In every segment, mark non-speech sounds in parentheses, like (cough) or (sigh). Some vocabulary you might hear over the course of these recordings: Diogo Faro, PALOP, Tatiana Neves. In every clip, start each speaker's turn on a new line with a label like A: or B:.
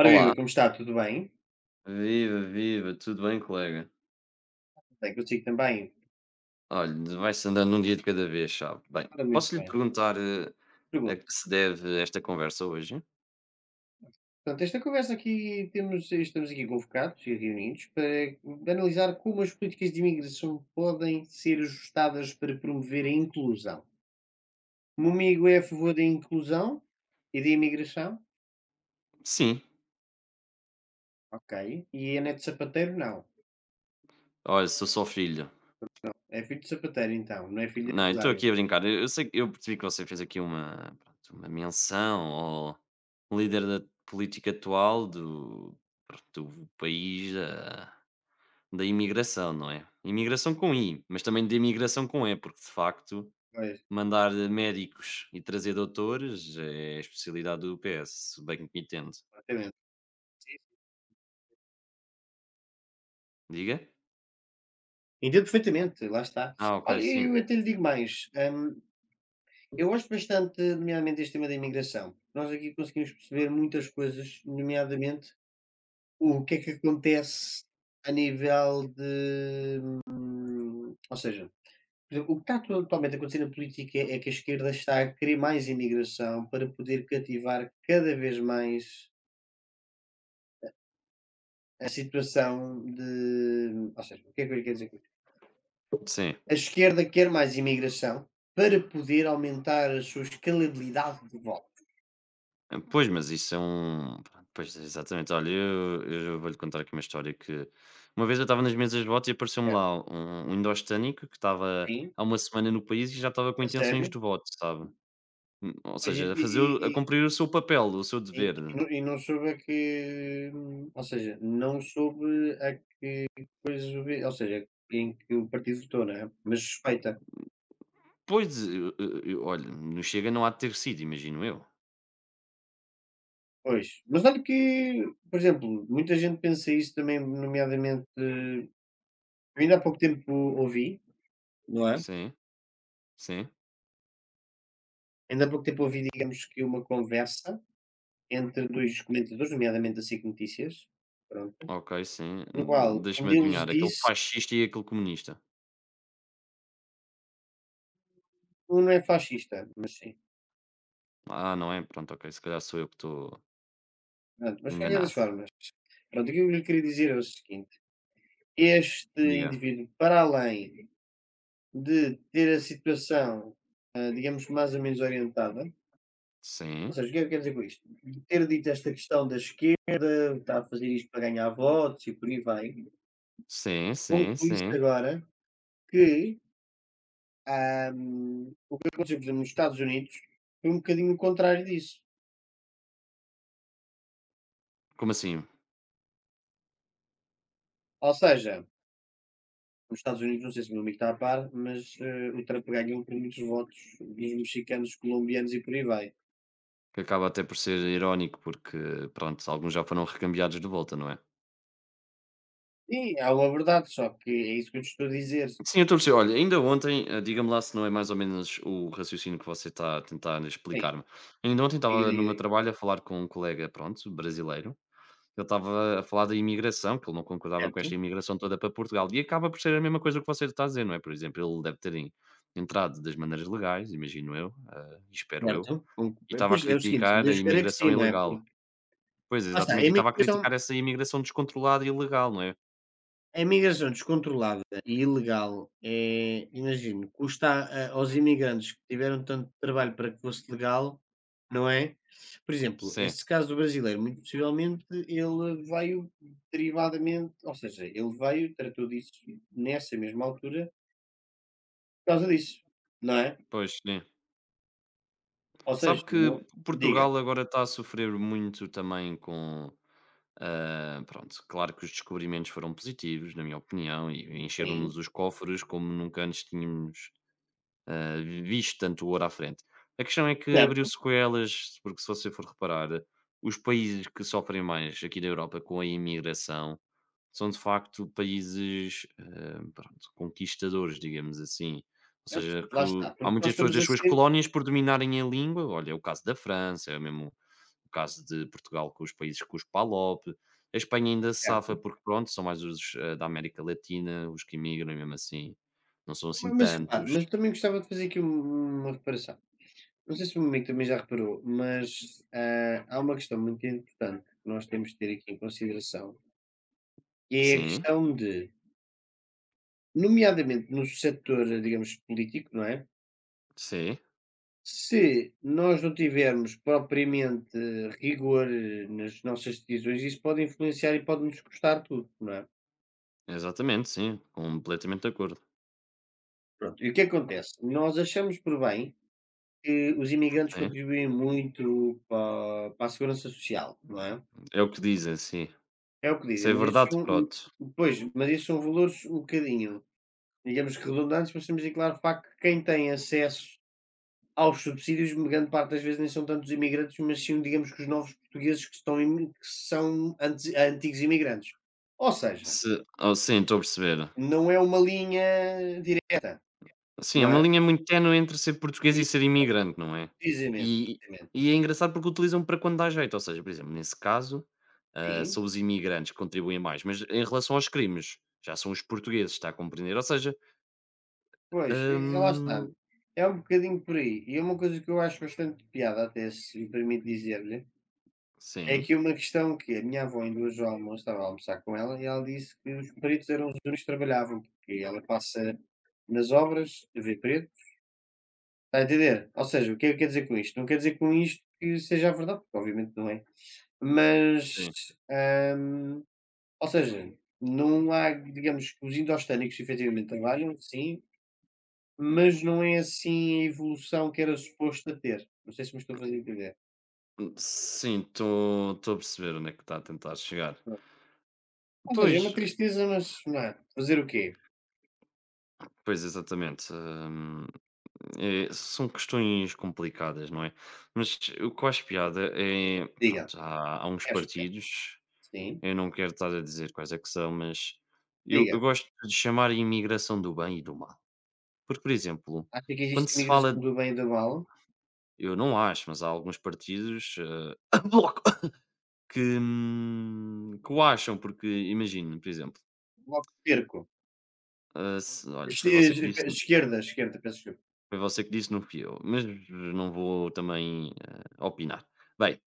A: Ora
B: Olá,
A: viva, como está? Tudo bem?
B: viva, viva, tudo bem, colega?
A: Bem consigo também?
B: Olha, vai-se andando um dia de cada vez, sabe? Bem,
A: Ora, muito
B: posso lhe
A: bem.
B: perguntar a que
A: Pergunto.
B: se deve esta conversa hoje?
A: Portanto, esta conversa aqui temos estamos aqui convocados e reunidos para analisar como as políticas de imigração podem ser ajustadas para promover a inclusão. O meu amigo é a favor da inclusão e da imigração?
B: Sim,
A: Ok. E é neto de sapateiro? Não.
B: olha, sou só filho.
A: É filho de sapateiro, então. Não é filho de
B: Não, eu estou
A: empresário.
B: aqui a brincar. Eu sei, eu percebi que você fez aqui uma, pronto, uma menção ao líder da política atual do, pronto, do país da imigração, não é? Imigração com I, mas também de imigração com E, porque de facto
A: Pois,
B: mandar médicos e trazer doutores é a especialidade do PS, se bem que me entendo.
A: exatamente. Sim,
B: Diga?
A: entendo perfeitamente, lá está.
B: Ah, ok,
A: Olha,
B: sim.
A: eu até lhe digo mais. Eu gosto bastante, nomeadamente, deste tema da imigração, nós aqui conseguimos perceber muitas coisas, nomeadamente o que é que acontece a nível de, ou seja, por exemplo, o que está totalmente a acontecer na política é que a esquerda está a querer mais imigração para poder cativar cada vez mais a situação de, ou seja, o que é que eu quero dizer com isto?
B: Sim.
A: A esquerda quer mais imigração para poder aumentar a sua escalabilidade de voto.
B: Ah, pois, mas isso é um, pois, exatamente. Olha, eu vou-lhe contar aqui uma história que uma vez eu estava nas mesas de voto e apareceu-me
A: É,
B: lá um indostânico que estava
A: sim,
B: há uma semana no país e já estava com
A: a
B: intenções
A: sério.
B: de voto, sabe? Ou
A: Pois e
B: seja, a
A: e
B: cumprir o seu papel, o seu
A: E
B: dever.
A: e não e não soube a que, ou seja, não soube a que coisa vi, ou seja, em que o partido votou, não é? Mas suspeita.
B: Pois, eu olha, no Chega não há de ter sido, imagino eu.
A: Pois. Mas olha que, por exemplo, muita gente pensa isso também, nomeadamente eu ainda há pouco tempo ouvi, não é?
B: Sim, sim,
A: Ainda há pouco tempo ouvi, digamos, que uma conversa entre 2 comentadores, nomeadamente da SIC Notícias, pronto,
B: ok, sim.
A: no qual um
B: Deixa-me
A: deles
B: adivinhar, aquele
A: disse
B: fascista e aquele comunista.
A: um não é fascista, mas sim,
B: Ah, não é? Pronto, ok, se calhar sou eu que estou
A: pronto, mas de qualquer das
B: enganado.
A: formas, pronto, aquilo que eu lhe queria dizer é o seguinte: este
B: Diga.
A: indivíduo, para além de ter a situação, digamos, mais ou menos orientada, ou
B: Sim.
A: seja, o que é que eu quero dizer com isto? De ter dito esta questão da esquerda, está a fazer isto para ganhar votos e por aí vai,
B: Sim, sim,
A: conclui-se
B: sim.
A: agora que, hã, o que aconteceu, por exemplo, nos Estados Unidos, foi um bocadinho o contrário disso.
B: Como assim?
A: Ou seja, nos Estados Unidos, não sei se o meu amigo está a par, mas, o Trump ganhou por muitos votos dos mexicanos, colombianos e por aí vai.
B: Que acaba até por ser irónico, porque pronto, alguns já foram recambiados de volta, não é?
A: Sim, há uma verdade, só que é isso que eu te estou a dizer.
B: Sim, eu estou a perceber. Olha, ainda ontem, diga-me lá se não é mais ou menos o raciocínio que você está a tentar
A: Sim,
B: explicar-me. Ainda ontem
A: diga,
B: estava no
A: diga,
B: meu
A: diga.
B: trabalho a falar com um colega, pronto, brasileiro. Ele estava a falar da imigração, que ele não concordava com esta
A: Certo,
B: imigração toda para Portugal. E acaba por ser a mesma coisa que você está a dizer, não é? Por exemplo, ele deve ter entrado das maneiras legais, imagino eu, e espero eu,
A: certo.
B: e estava a
A: Pois, é o seguinte,
B: criticar a
A: Deus queira que
B: imigração
A: sim, não é?
B: ilegal.
A: Porque
B: Pois,
A: lá está,
B: exatamente, e estava a criticar essa imigração descontrolada e ilegal, não é?
A: a imigração descontrolada e ilegal, é, imagino, custa a aos imigrantes que tiveram tanto trabalho para que fosse legal, não é? Por exemplo,
B: Sim,
A: esse caso do brasileiro, muito possivelmente ele veio derivadamente, ou seja, ele veio, tratou disso nessa mesma altura por causa disso, não é?
B: pois, sim.
A: Ou
B: Sabe
A: seja, não,
B: que
A: diga,
B: Portugal agora está a sofrer muito também com, pronto, claro que os descobrimentos foram positivos, na minha opinião, e
A: sim,
B: encheram-nos os cofres como nunca antes tínhamos visto tanto ouro à frente. A questão é que abriu
A: certo,
B: sequelas, porque se você for reparar, os países que sofrem mais aqui da Europa com a imigração são de facto países pronto, conquistadores, digamos assim. Ou
A: eu
B: seja,
A: sei,
B: que
A: lá está,
B: há
A: porque nós
B: muitas pessoas
A: estamos
B: das
A: a
B: suas
A: ser,
B: colónias por dominarem a língua. Olha, é o caso da França, é mesmo o caso de Portugal com os países com os PALOP. A Espanha ainda se safa
A: certo.
B: porque, pronto, são mais os da América Latina, os que imigram, e mesmo assim, não são
A: Ma
B: assim
A: mas repare,
B: tantos.
A: mas eu também gostava de fazer aqui um, uma reparação. Não sei se o meu amigo também já reparou, mas, há uma questão muito importante que nós temos de ter aqui em consideração, que é a
B: Sim,
A: questão de, nomeadamente no setor, digamos, político, não é,
B: sim,
A: se nós não tivermos propriamente rigor nas nossas decisões, isso pode influenciar e pode nos custar tudo, não é?
B: exatamente, sim, completamente de acordo.
A: Pronto, e o que acontece? Nós achamos por bem que os imigrantes
B: Sim,
A: contribuem muito para a segurança social, não é?
B: é o que dizem, sim.
A: É o que dizem,
B: Se é
A: mas isso
B: verdade,
A: são,
B: pronto.
A: pois, mas isso são valores um bocadinho, digamos, que redundantes, mas temos em claro o facto que quem tem acesso aos subsídios, grande parte das vezes nem são tantos imigrantes, mas sim, digamos, que os novos portugueses que estão imi que são antes antigos imigrantes. Ou seja,
B: Se, oh, sim, estou a perceber.
A: não é uma linha direta,
B: Sim, é
A: não
B: uma
A: é?
B: linha muito ténue entre ser português e
A: E
B: ser imigrante, não é?
A: precisamente,
B: E,
A: precisamente.
B: e, é engraçado porque utilizam para quando dá jeito, ou seja, por exemplo, nesse caso,
A: Sim.
B: são os imigrantes que contribuem mais, mas em relação aos crimes, já são os portugueses, está a compreender? Ou seja,
A: Pois, e lá está.
B: hum,
A: É um bocadinho por aí. E é uma coisa que eu acho bastante piada, até, se me permite dizer-lhe, é
B: sim,
A: que uma questão que a minha avó, em duas ao almoço, estava a almoçar com ela e ela disse que os pretos eram os únicos que trabalhavam, porque ela passa nas obras, vê preto. Está a entender? Ou seja, o que é que quer dizer com isto? Não quer dizer com isto que seja a verdade, porque obviamente não é. Mas,
B: sim.
A: hum, ou seja, não há, digamos, que os indostânicos efetivamente trabalham, sim, mas não é assim a evolução que era suposto ter. Não sei se me estou a fazer entender.
B: Sim, estou a perceber onde é que está a tentar chegar.
A: Pronto. Ou seja,
B: Pois,
A: é uma tristeza, mas não é. Fazer o quê?
B: pois, exatamente. São questões complicadas, não é? Mas o que eu acho piada é.
A: Diga.
B: Pronto, há uns
A: Acho que é chocante.
B: partidos,
A: Sim.
B: eu não quero estar a dizer quais é que são, mas eu
A: Diga.
B: gosto de chamar a imigração do bem e do mal. Porque, por exemplo,
A: Acha que
B: quando
A: existe
B: se
A: imigração
B: fala.
A: do bem e do mal?
B: Eu não acho, mas há alguns partidos. (coughs) Bloco! Que o acham, porque imagino, por exemplo.
A: Bloco de
B: Olha,
A: Es-
B: foi você
A: es-
B: que disse.
A: Esquerda, esquerda, peço desculpa.
B: Foi você que disse, não fui eu, mas não vou também opinar. Bem,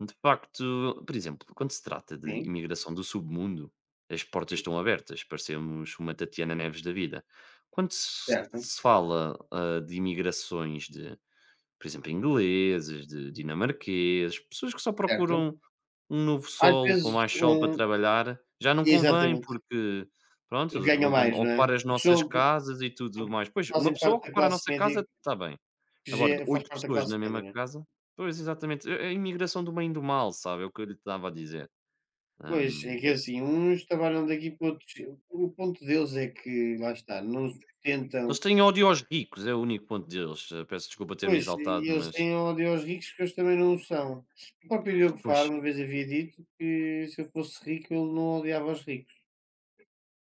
B: de facto, por exemplo, quando se trata de
A: Sim,
B: imigração do submundo, as portas
A: sim.
B: estão abertas, parecemos uma Tatiana Neves da vida. Quando se,
A: Certo,
B: se fala de imigrações de por exemplo, ingleses, de dinamarqueses, pessoas que só
A: certo.
B: procuram um novo
A: Às
B: solo, com
A: vezes,
B: mais sol para
A: um...
B: trabalhar, já não convém,
A: exatamente,
B: porque pronto,
A: porque
B: eles
A: ganham
B: vão com
A: mais, não é?
B: ocupar as
A: Porque,
B: nossas
A: são,
B: casas e tudo
A: porque
B: mais. Pois, uma
A: fazem
B: pessoa
A: parte da
B: ocupar a
A: classe
B: nossa
A: média,
B: casa está bem.
A: que
B: Agora, de
A: já faz
B: 8
A: parte da
B: pessoas
A: classe
B: na
A: média,
B: mesma
A: não é?
B: casa, pois, exatamente, é a imigração do bem e do mal, sabe, é o que eu lhe estava a dizer.
A: Pois, é
B: Hum,
A: que é
B: eh,
A: assim, uns trabalham daqui para outros, o ponto deles é que, lá está, não sustentam,
B: Eles têm ódio aos ricos, é o único ponto deles. Peço desculpa ter-me
A: pois,
B: exaltado,
A: e eles
B: mas,
A: têm ódio aos ricos que eles também não o são. O próprio Diogo
B: pois,
A: Faro uma vez havia dito que se eu fosse rico ele não odiava os ricos.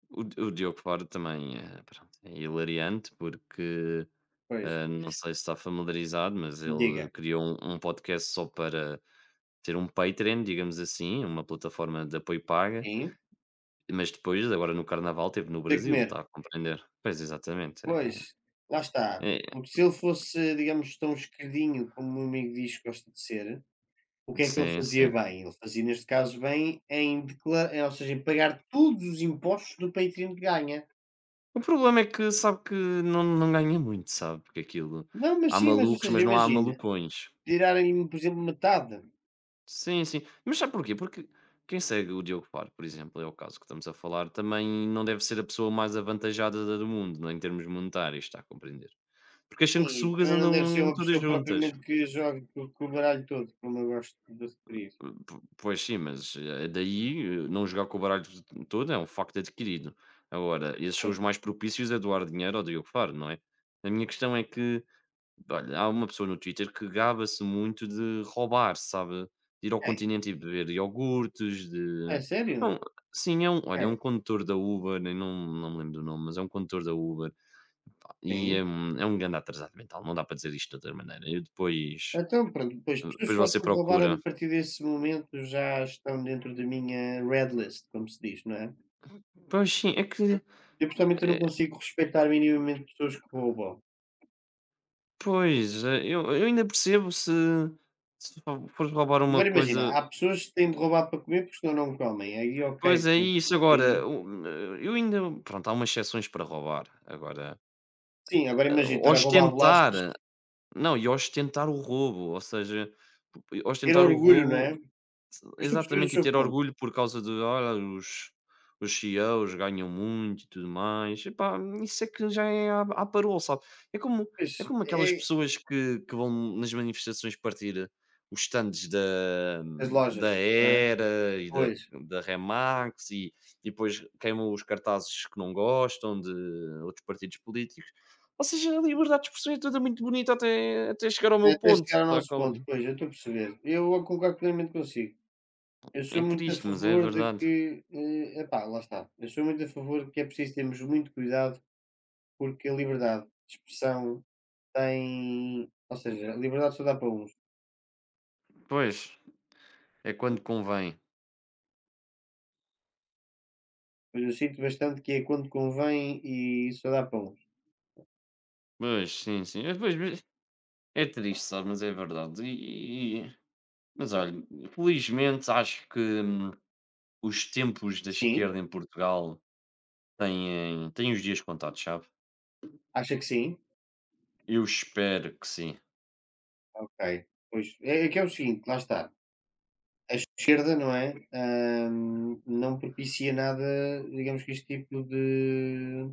B: o Diogo Faro também é, pronto, é hilariante, porque
A: Pois,
B: Não sei se está familiarizado, mas ele
A: diga.
B: criou um podcast só para ter um Patreon, digamos assim, uma plataforma de apoio paga,
A: Sim,
B: mas depois, agora no Carnaval, teve
A: para
B: no
A: poder
B: Brasil,
A: comer.
B: está a compreender? Pois, exatamente. É,
A: Pois, lá está,
B: é- é-
A: porque se ele fosse, digamos, tão esquerdinho como o meu amigo diz que gosta de ser, o que é que ele
B: sim,
A: fazia
B: sim.
A: bem? Ele fazia, neste caso, bem em declarar, ou seja, em pagar todos os impostos do patrino que ganha.
B: O problema é que sabe que não, não ganha muito, sabe? Porque aquilo.
A: Não, mas
B: Há
A: sim, mas ou
B: malucos, mas
A: seja,
B: não há
A: imagina,
B: malucões.
A: tirarem-me, por exemplo, metade.
B: Sim, sim. Mas sabe porquê? Porque quem segue o Diogo Par, por exemplo, é o caso que estamos a falar, também não deve ser a pessoa mais avantajada do mundo, não é? Em termos monetários, está a compreender? Porque as
A: E
B: sanguessugas
A: também não deve ser
B: andam
A: uma
B: todas
A: pessoa
B: juntas.
A: propriamente que jogue co com o baralho todo, como eu gosto de referir.
B: Po pois sim, mas, daí não jogar com o baralho t todo é um facto adquirido. Agora, esses são os
A: Pois,
B: mais propícios a doar dinheiro ao Diogo Faro, não é? A minha questão é que, olha, há uma pessoa no Twitter que gaba-se muito de roubar, sabe? De ir ao
A: quem?
B: continente e beber iogurtes,
A: É
B: de é
A: sério?
B: um sim, é um olha, é um
A: Quem?
B: condutor da Uber, nem não me lembro do nome, mas é um condutor da Uber e
A: Sim.
B: é um grande atrasado mental, não dá para dizer isto de outra maneira. Eu depois.
A: Então pronto, depois pessoas que
B: Depois você
A: gostam de roubar a
B: procura.
A: partir desse momento já estão dentro da minha red list, como se diz, não é?
B: Pois sim, é que
A: Eu pessoalmente eu não
B: eh,
A: consigo respeitar minimamente pessoas que roubam.
B: pois, eu ainda percebo se se fo fores roubar uma
A: Agora imagina,
B: coisa.
A: há pessoas que têm de roubar para comer porque senão não comem. Aí
B: Pois
A: ok,
B: é isso,
A: pronto.
B: agora
A: Aí,
B: o eu ainda pronto, há umas exceções para roubar, agora,
A: sim, agora
B: eh,
A: imagina, estar a roubar
B: ostentar
A: bolachas.
B: não, e ostentar o roubo, ou seja,
A: Ter
B: ostentar o
A: orgulho, não
B: roubo.
A: é? Mas estou a perceber o
B: Exatamente, e
A: seu
B: ter
A: ponto.
B: orgulho por causa de: "Olha, os CEOs ganham muito e tudo mais". Epá, isso é que já é à parola, sabe? É como
A: Pois,
B: é como
A: é
B: aquelas pessoas que vão nas manifestações partir os stands da
A: é as lojas,
B: da
A: não é?
B: Era e da
A: Pois,
B: da Remax e depois queimam os cartazes que não gostam de outros partidos políticos. Ou seja, a liberdade de expressão é toda muito bonita até chegar ao
A: é
B: meu
A: até
B: ponto,
A: chegar ao
B: tá a.
A: nosso ponto, pois, eu estou a perceber. Eu a concordo plenamente consigo. Eu sou
B: É
A: muito a
B: triste, mas é
A: favor de
B: verdade.
A: que, epá, lá está. Eu sou muito a favor de que é preciso termos muito cuidado, porque a liberdade de expressão tem, ou seja, a liberdade só dá para uns.
B: Pois. É quando convém.
A: Mas eu sinto bastante que é quando convém e só dá para uns.
B: Pois, sim, sim. É, pois, mas é triste, sabe? Mas é verdade. E, mas olha, felizmente acho que os tempos da
A: Sim,
B: esquerda em Portugal têm os dias contados, sabe?
A: acha que sim?
B: Eu espero que sim.
A: Ok. Pois, é é que é o seguinte, lá está. A esquerda, não é? Não propicia nada, digamos, que este tipo de,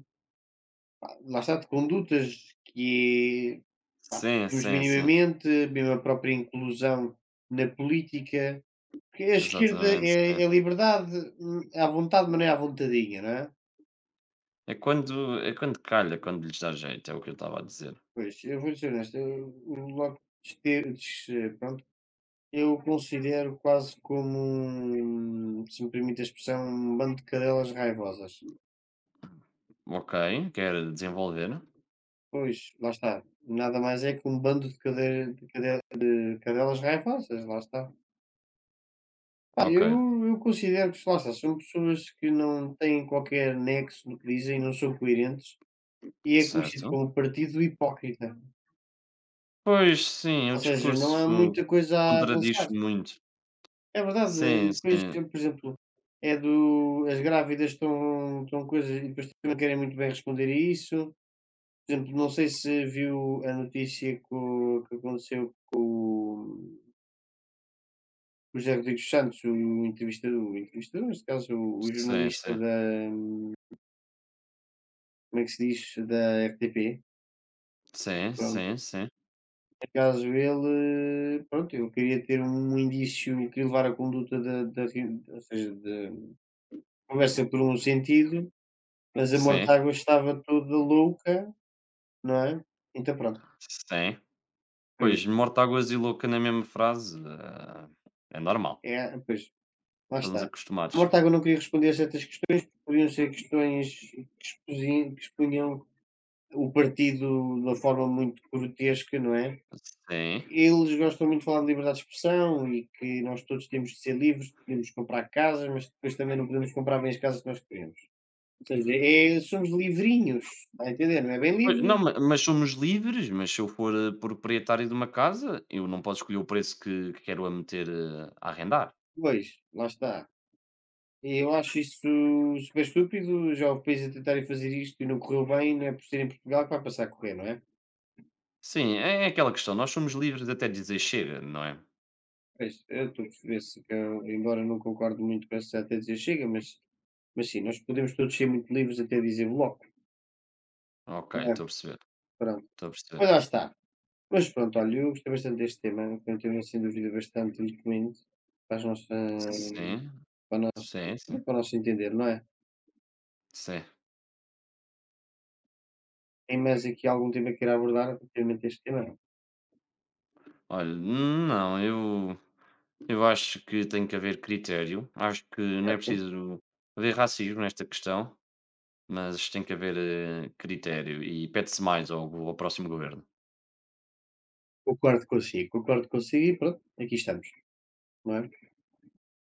A: lá está, de condutas que, pá,
B: Sim,
A: vemos
B: sim, sim.
A: minimamente, mesmo a própria inclusão na política, porque a esquerda
B: Exatamente, sim.
A: é é liberdade, à vontade, mas não é à vontadinha, não é?
B: É quando calha, quando lhes dá jeito, é o que eu estava a dizer.
A: Pois, eu vou ser honesto, eu o Bloco de pronto, eu o considero quase como um, se me permite a expressão, um bando de cadelas raivosas.
B: Ok, quer desenvolver.
A: Pois, lá está. Nada mais é que um bando de cadei de cadela de cadelas raivosas, lá está. Pá,
B: Ok,
A: eu considero que, lá está, são pessoas que não têm qualquer nexo no que dizem, não são coerentes e é conhecido
B: certo.
A: como partido hipócrita,
B: Pois sim, o
A: ou seja, não há
B: discurso
A: muita coisa a
B: contradiz
A: avançar.
B: muito.
A: É verdade, e
B: Sim,
A: depois,
B: sim.
A: por exemplo, é do as grávidas estão coisas e depois também não querem muito bem responder a isso. Por exemplo, não sei se viu a notícia que aconteceu com o José Rodrigues Santos, o entrevistado o entrevistador, neste caso, o
B: Sim,
A: jornalista
B: sim.
A: da, como é que se diz? Da RTP,
B: Sim,
A: pronto.
B: sim, sim.
A: Por acaso ele, pronto, eu queria ter um indício, eu queria levar a conduta da da ren ou seja, da conversa por um sentido, mas a
B: Sim,
A: Mortágua estava toda louca, não é. Então pronto,
B: sim.
A: foi
B: Pois,
A: isso.
B: morta a gozo e louca na mesma frase, é normal,
A: É, pois, lá
B: estamos
A: está. A
B: acostumados.
A: Mortágua não queria responder a certas questões, porque podiam ser questões que exposi que expunham o partido de uma forma muito grotesca, não é?
B: Sim.
A: Eles gostam muito de falar de liberdade de expressão e que nós todos temos de ser livres, podemos comprar casas, mas depois também não podemos comprar bem as casas que nós queremos. Ou seja, é, somos livrinhos, está a entender? Não é bem
B: Pois,
A: livre?
B: não, ma mas somos livres, mas se eu for, proprietário de uma casa, eu não posso escolher o preço que quero a meter, a arrendar.
A: Pois, lá está. E eu acho isso super estúpido. Já houve países a tentarem fazer isto e não correu bem, não é por ser em Portugal que vai passar a correr, não é?
B: Sim, é aquela questão, nós somos livres até dizer: "Chega", não é?
A: Pois, eu estou a perceber, se que eu, embora não concordo muito com essa tesia chega, mas sim, nós podemos todos ser muito livres até dizer bloco,
B: Ok,
A: não é?
B: estou a perceber,
A: Pronto.
B: estou a perceber.
A: Mas lá está. Mas pronto, olha, eu gostei bastante deste tema, que é um tema sem dúvida bastante eloquente para as nossa,
B: Sim,
A: para o nosso,
B: sim, sim,
A: para o nosso entender, não é?
B: sim.
A: Tem mais aqui algum tema que queira abordar relativamente a este tema?
B: Olha, não, eu acho que tem que haver critério. Acho que não é
A: Certo?
B: preciso haver racismo nesta questão, mas tem que haver critério e pede-se mais ao próximo governo.
A: Concordo consigo e pronto, aqui estamos, não é?